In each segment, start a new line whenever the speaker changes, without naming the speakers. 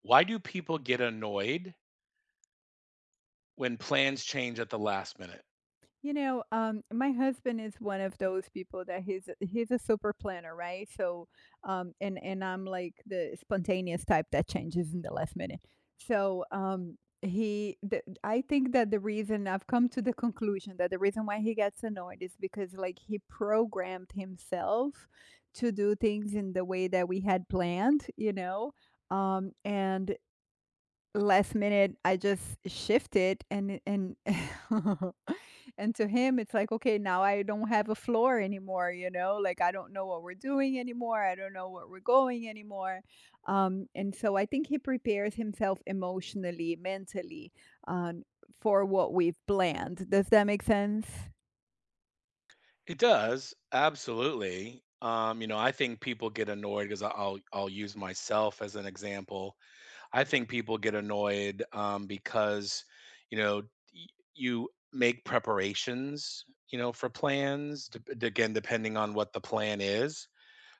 Why do people get annoyed when plans change at the last minute?
My husband is one of those people that he's a super planner, right? So, and I'm like the spontaneous type that changes in the last minute. So, I think that the reason I've come to the conclusion that the reason why he gets annoyed is because like he programmed himself to do things in the way that we had planned. And last minute, I just shifted and it and and to him, it's like, "Okay, now I don't have a floor anymore," you know? Like, I don't know what we're doing anymore, I don't know what we're going anymore, and so I think he prepares himself emotionally, mentally, um, for what we've planned. Does that make sense?
It does, absolutely. I think people get annoyed because I'll use myself as an example. I think people get annoyed because you know y- you make preparations, you know, for plans. Again, depending on what the plan is,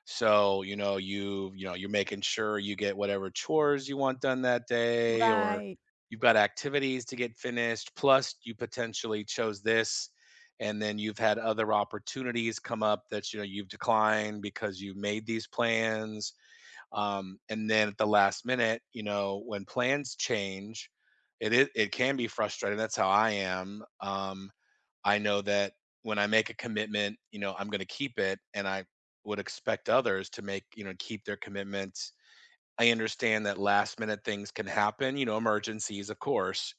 So, you know, you know, you're making sure you get whatever chores you want done that day, or
Right.
you've got activities to get finished, plus you potentially chose this, and then you've had other opportunities come up that, you know, you've declined because you've made these plans, and then at the last minute, you know, when plans change, it can be frustrating. That's how I am. I know that when I make a commitment, you know, I'm going to keep it, and I would expect others to make, you know, keep their commitments. I understand that last minute things can happen, you know, emergencies, of course.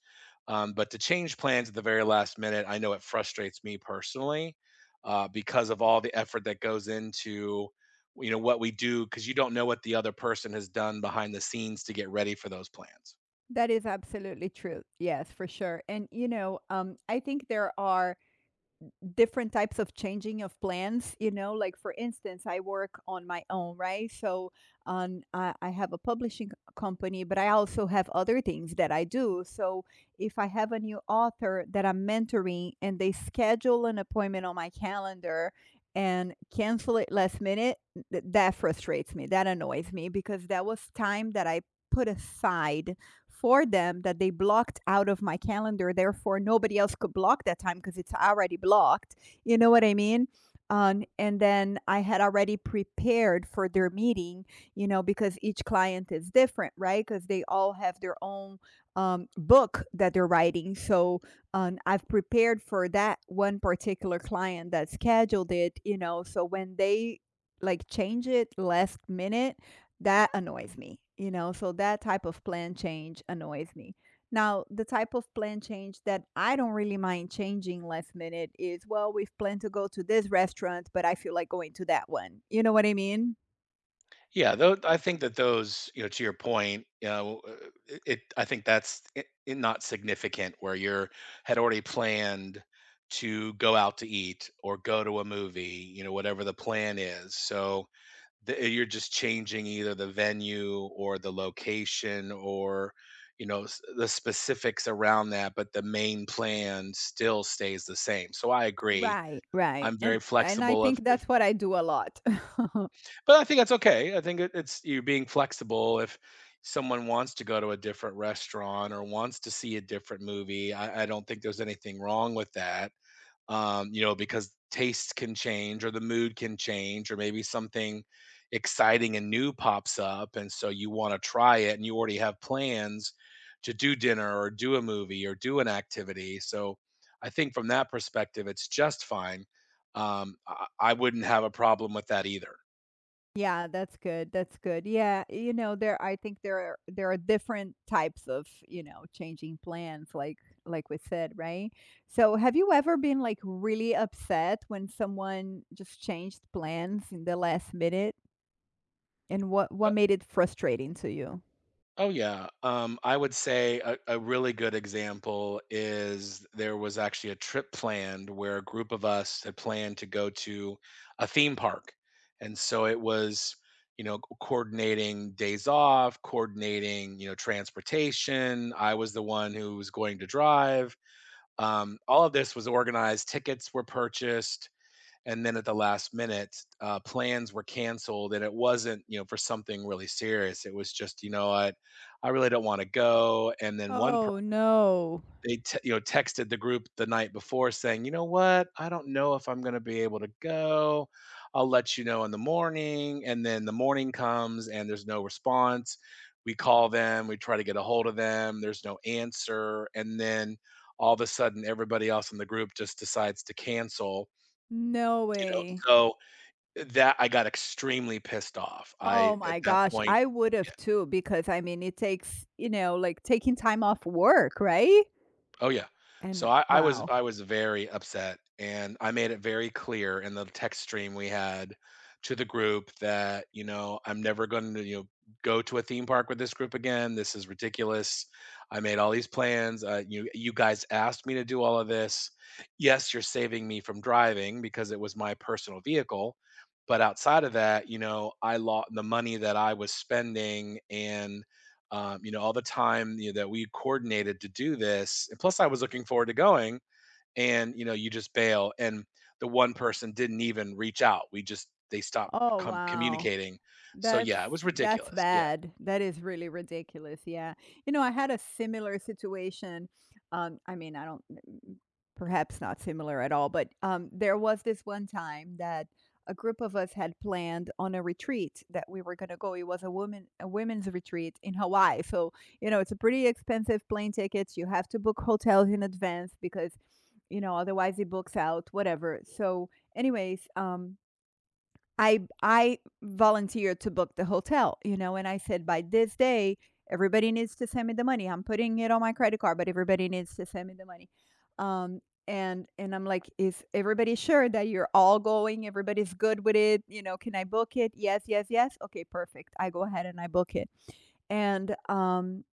But to change plans at the very last minute, I know it frustrates me personally, because of all the effort that goes into, you know, what we do, because you don't know what the other person has done behind the scenes to get ready for those plans.
That is absolutely true. Yes, for sure, and, I think there are different types of changing of plans, you know, like, for instance, I work on my own, right? So on I have a publishing company, but I also have other things that I do. So if I have a new author that I'm mentoring and they schedule an appointment on my calendar and cancel it last minute, that frustrates me, that annoys me, because that was time that I put aside for them that they blocked out of my calendar. Therefore, nobody else could block that time because it's already blocked. You know what I mean? And then I had already prepared for their meeting, because each client is different, right? Because they all have their own book that they're writing. So I've prepared for that one particular client that scheduled it. So when they like change it last minute, that annoys me, so that type of plan change annoys me. Now, the type of plan change that I don't really mind changing last minute is, well, we've planned to go to this restaurant, but I feel like going to that one. You know what I mean?
Yeah, though I think that those, you know, to your point, you know, it, it I think that's not significant, where you're had already planned to go out to eat or go to a movie, you know, whatever the plan is. So you're just changing either the venue or the location, or the specifics around that, but the main plan still stays the same. So I agree.
Right, right.
I'm very
And I
flexible.
think
If
that's what I do a lot.
But I think that's okay. I think it's you being flexible. If someone wants to go to a different restaurant or wants to see a different movie, I don't think there's anything wrong with that. Because tastes can change, or the mood can change, or maybe something exciting and new pops up. And so you want to try it and you already have plans to do dinner or do a movie or do an activity. So I think from that perspective, it's just fine. I wouldn't have a problem with that either.
Yeah, that's good, that's good. Yeah, you know, there I think there are different types of, changing plans, like we said, right? So have you ever been like really upset when someone just changed plans in the last minute? And what made it frustrating to you?
Oh yeah. I would say a really good example is there was actually a trip planned where a group of us had planned to go to a theme park. And so it was, you know, coordinating days off, coordinating, you know, transportation. I was the one who was going to drive. All of this was organized, tickets were purchased, and then at the last minute, plans were canceled, and it wasn't, you know, for something really serious. It was just, you know what, I really don't want to go. And then one person,
Oh no.
you know, texted the group the night before saying, you know what, I don't know if I'm going to be able to go, I'll let you know in the morning. And then the morning comes and there's no response. We call them, we try to get a hold of them, there's no answer. And then all of a sudden everybody else in the group just decides to cancel.
No
You know,
way.
so that, I got extremely pissed off.
Oh
I at
my
that
gosh,
point,
I would have too, because I mean, it takes, like, taking time off work, right?
oh yeah.
And
So I was,
wow.
I was very upset, and I made it very clear in the text stream we had to the group that, you know, I'm never going to, you know, go to a theme park with this group again. This is ridiculous. I made all these plans. You guys asked me to do all of this. Yes, you're saving me from driving because it was my personal vehicle, but outside of that, you know, I lost the money that I was spending, and you know, all the time, you know, that we coordinated to do this. And plus, I was looking forward to going, and you know, you just bail. And the one person didn't even reach out. We just They stopped
Oh, wow.
communicating. So
That's
yeah, it was
that's
ridiculous. Yeah.
bad. That is really ridiculous. Yeah. I had a similar situation. I mean, I don't, mm, perhaps not similar at all, but there was this one time that a group of us had planned on a retreat that we were going to go. It was a women's retreat in Hawaii. So, it's a pretty expensive plane tickets. You have to book hotels in advance because, otherwise it books out, whatever. So, anyways, I volunteered to book the hotel, and I said, "By this day, everybody needs to send me the money. I'm putting it on my credit card, but everybody needs to send me the money." Um, and I'm like, "Is everybody sure that you're all going? Everybody's good with it? You know, can I book it?" "Yes, yes, yes." "Okay, perfect." I go ahead and I book it. And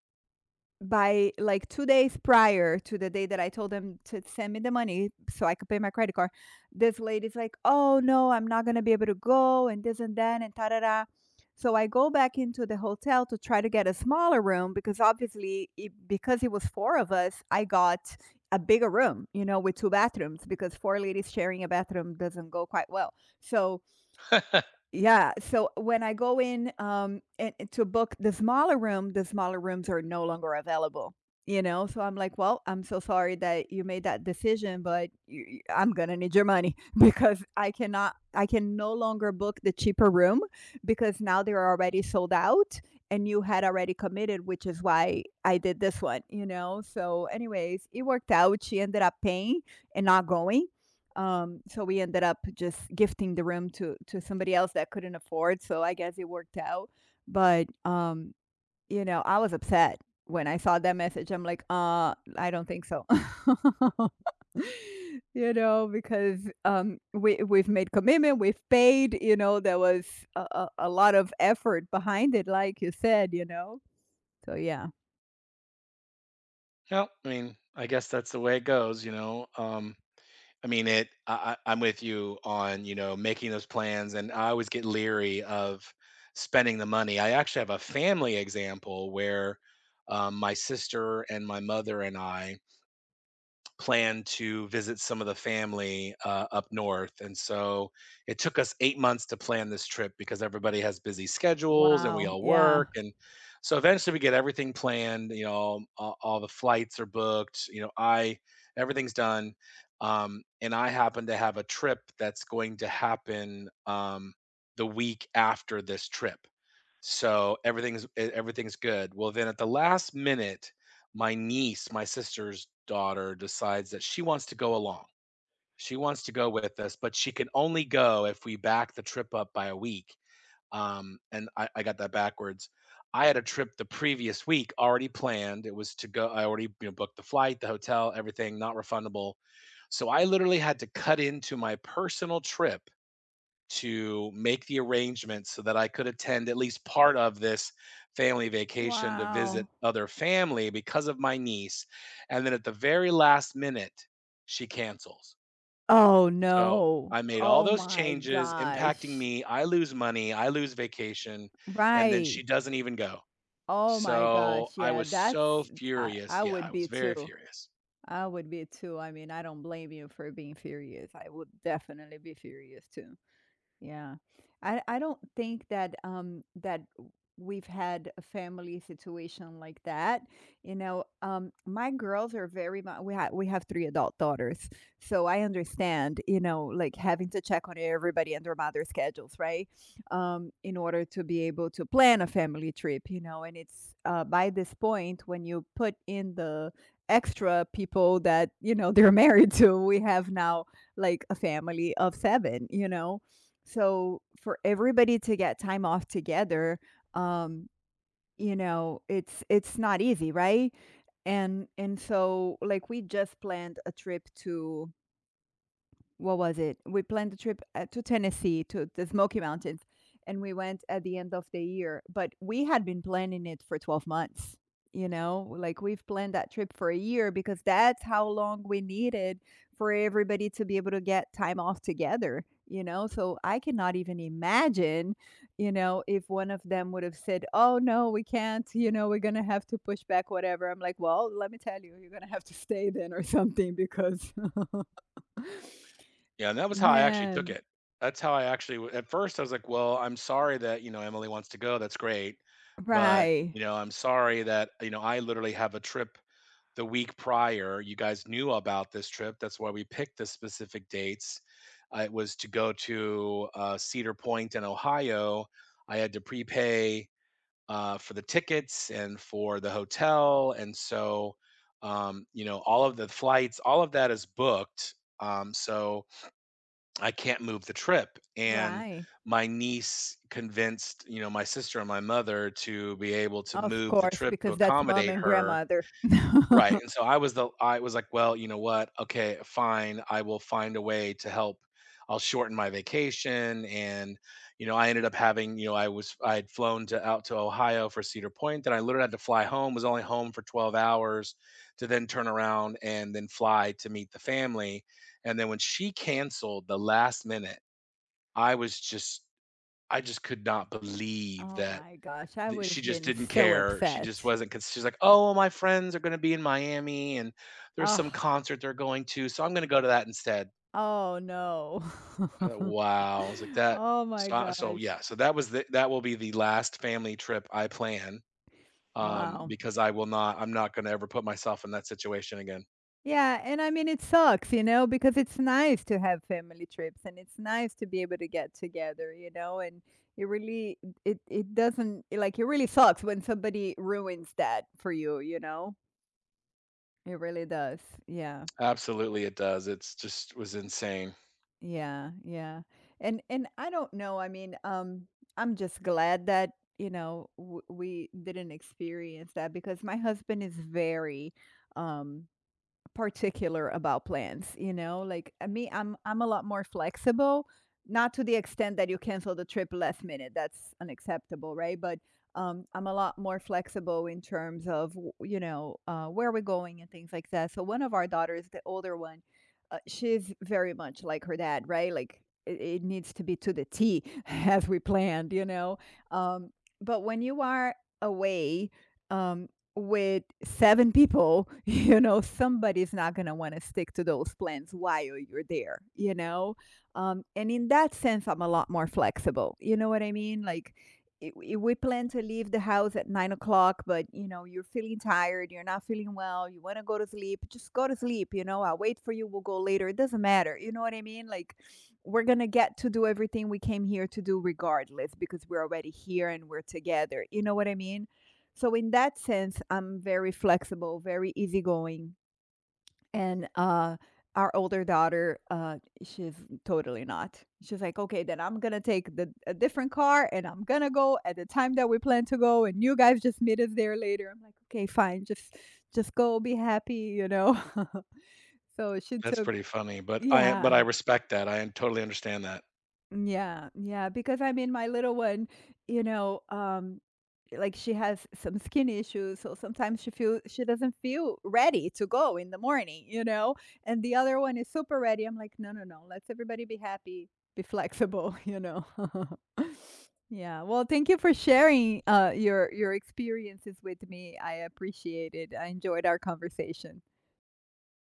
by like 2 days prior to the day that I told them to send me the money so I could pay my credit card, this lady's like, "Oh, no, I'm not gonna be able to go," and this and that and ta da da. So I go back into the hotel to try to get a smaller room because because it was 4 of us, I got a bigger room, with 2 bathrooms because 4 ladies sharing a bathroom doesn't go quite well. So yeah, so when I go in, and to book the smaller room, the smaller rooms are no longer available, you know? So I'm like, "Well, I'm so sorry that you made that decision, but you I'm gonna need your money because I can no longer book the cheaper room because now they're already sold out and you had already committed, which is why I did this one," you know? So anyways, it worked out. She ended up paying and not going, so we ended up just gifting the room to somebody else that couldn't afford, so I guess it worked out. But I was upset when I saw that message. I'm like, I don't think so." Because, we've made commitment, we've paid, there was a lot of effort behind it, like you said, you know? So, yeah.
Well, I mean, I guess that's the way it goes. I mean, I'm with you on, you know, making those plans, and I always get leery of spending the money. I actually have a family example where, my sister and my mother and I plan to visit some of the family, up north, and so it took us 8 months to plan this trip because everybody has busy schedules and we
Wow,
all
yeah.
work, and so eventually we get everything planned, you know, all the flights are booked, you know, I everything's done, and I happen to have a trip that's going to happen, the week after this trip. So everything's good. Well, then at the last minute, my niece, my sister's daughter, decides that she wants to go along. She wants to go with us, but she can only go if we back the trip up by a week. And I got that backwards. I had a trip the previous week already planned. It was to go I already, you know, booked the flight, the hotel, everything, not refundable. So I literally had to cut into my personal trip to make the arrangements so that I could attend at least part of this family vacation to visit
Wow.
other family because of my niece. And then at the very last minute, she cancels.
Oh,
So
no.
I made all
Oh
those
my
changes impacting
gosh.
me. I lose money, I lose vacation, and then
Right.
she doesn't even go.
Oh my
So
gosh,
I
yeah,
was so
that's
furious.
I
Yeah,
would
I was
be
very
too.
furious.
I would be too. I mean, I don't blame you for being furious. I would definitely be furious too. Yeah. I don't think that we've had a family situation like that. My girls are very much. We have three adult daughters. So I understand, like, having to check on everybody and their mother schedules, right? In order to be able to plan a family trip, and it's by this point when you put in the extra people that, they're married to, we have now like a family of seven, so for everybody to get time off together, um, it's not easy, right? And so like we just planned a trip to what was it? We planned a trip, to Tennessee, to the Smoky Mountains, and we went at the end of the year, but we had been planning it for 12 months, you know? Like, we've planned that trip for a year because that's how long we needed for everybody to be able to get time off together, you know? So, I cannot even imagine, if one of them would have said, "Oh, no, we can't, we're gonna have to push back whatever." I'm like, "Well, let me tell you, you're gonna have to stay then or something because"
Yeah, and that was how I actually took
Man,
it. That's how I actually w At first, I was like, "Well, I'm sorry that, you know, Emily wants to go, that's great, but,
right,
you know, I'm sorry that, you know, I literally have a trip the week prior, you guys knew about this trip, that's why we picked the specific dates." It was to go to, Cedar Point in Ohio. I had to prepay, for the tickets and for the hotel, and so, you know, all of the flights, all of that is booked, so I can't move the trip. And
right.
my niece convinced, you know, my sister and my mother to be able to
Of
move the
course,
trip to
because that's mom
accommodate
and
her.
grandmother.
Right, and so I was like, "Well, you know what? Okay, fine. I will find a way to help. I'll shorten my vacation." And, you know, I ended up having, you know, I was, I had flown to out to Ohio for Cedar Point, then I literally had to fly home, was only home for 12 hours to then turn around and then fly to meet the family. And then when she canceled the last minute, I was just, I just could not believe
Oh
that
my gosh, I
th
would
she
have
just
been
didn't
so
care. She just
upset.
wasn't Because she's like, "Oh, well, my friends are gonna be in Miami, and there's some
Oh,
concert they're going to, so I'm gonna go to that instead."
Oh no.
Wow. I was like, "That."
Oh my
So,
gosh.
yeah, so that was the that will be the last family trip I plan,
Wow.
because I'm not gonna ever put myself in that situation again.
Yeah, and I mean it sucks, because it's nice to have family trips and it's nice to be able to get together, and it really, it doesn't, like, it really sucks when somebody ruins that for you, you know? It really does. Yeah.
Absolutely, it does. It's just was insane.
Yeah. Yeah. And I don't know. I mean, I'm just glad that, we didn't experience that because my husband is very um particular about plans, you know? Like, me, I'm a lot more flexible, not to the extent that you cancel the trip last minute. That's unacceptable, right? But I'm a lot more flexible in terms of where we're going and things like that. So one of our daughters, the older one, she's very much like her dad, right? Like, it needs to be to the T as we planned. Um, but when you are away. Um, with 7 people, somebody's not gonna wanna stick to those plans while you're there, you know? And in that sense, I'm a lot more flexible, you know what I mean? Like, I we plan to leave the house at 9 o'clock, but, you're feeling tired, you're not feeling well, you wanna go to sleep, just go to sleep, you know? I'll wait for you, we'll go later, it doesn't matter, you know what I mean? Like, we're gonna get to do everything we came here to do regardless because we're already here and we're together, you know what I mean? So in that sense, I'm very flexible, very easygoing. And our older daughter, she's totally not. She's like, okay, then I'm gonna take the a different car and I'm gonna go at the time that we plan to go, and you guys just meet us there later. I'm like, okay, fine, just go be happy, you know. So she
That's
took.
pretty funny, but
Yeah.
I respect that. I totally understand that.
Yeah, yeah, because I mean, my little one, you know, um, like, she has some skin issues, so sometimes she doesn't feel ready to go in the morning. And the other one is super ready. I'm like, no, no, no. Let's everybody be happy, be flexible. Yeah. Well, thank you for sharing your experiences with me. I appreciate it. I enjoyed our conversation.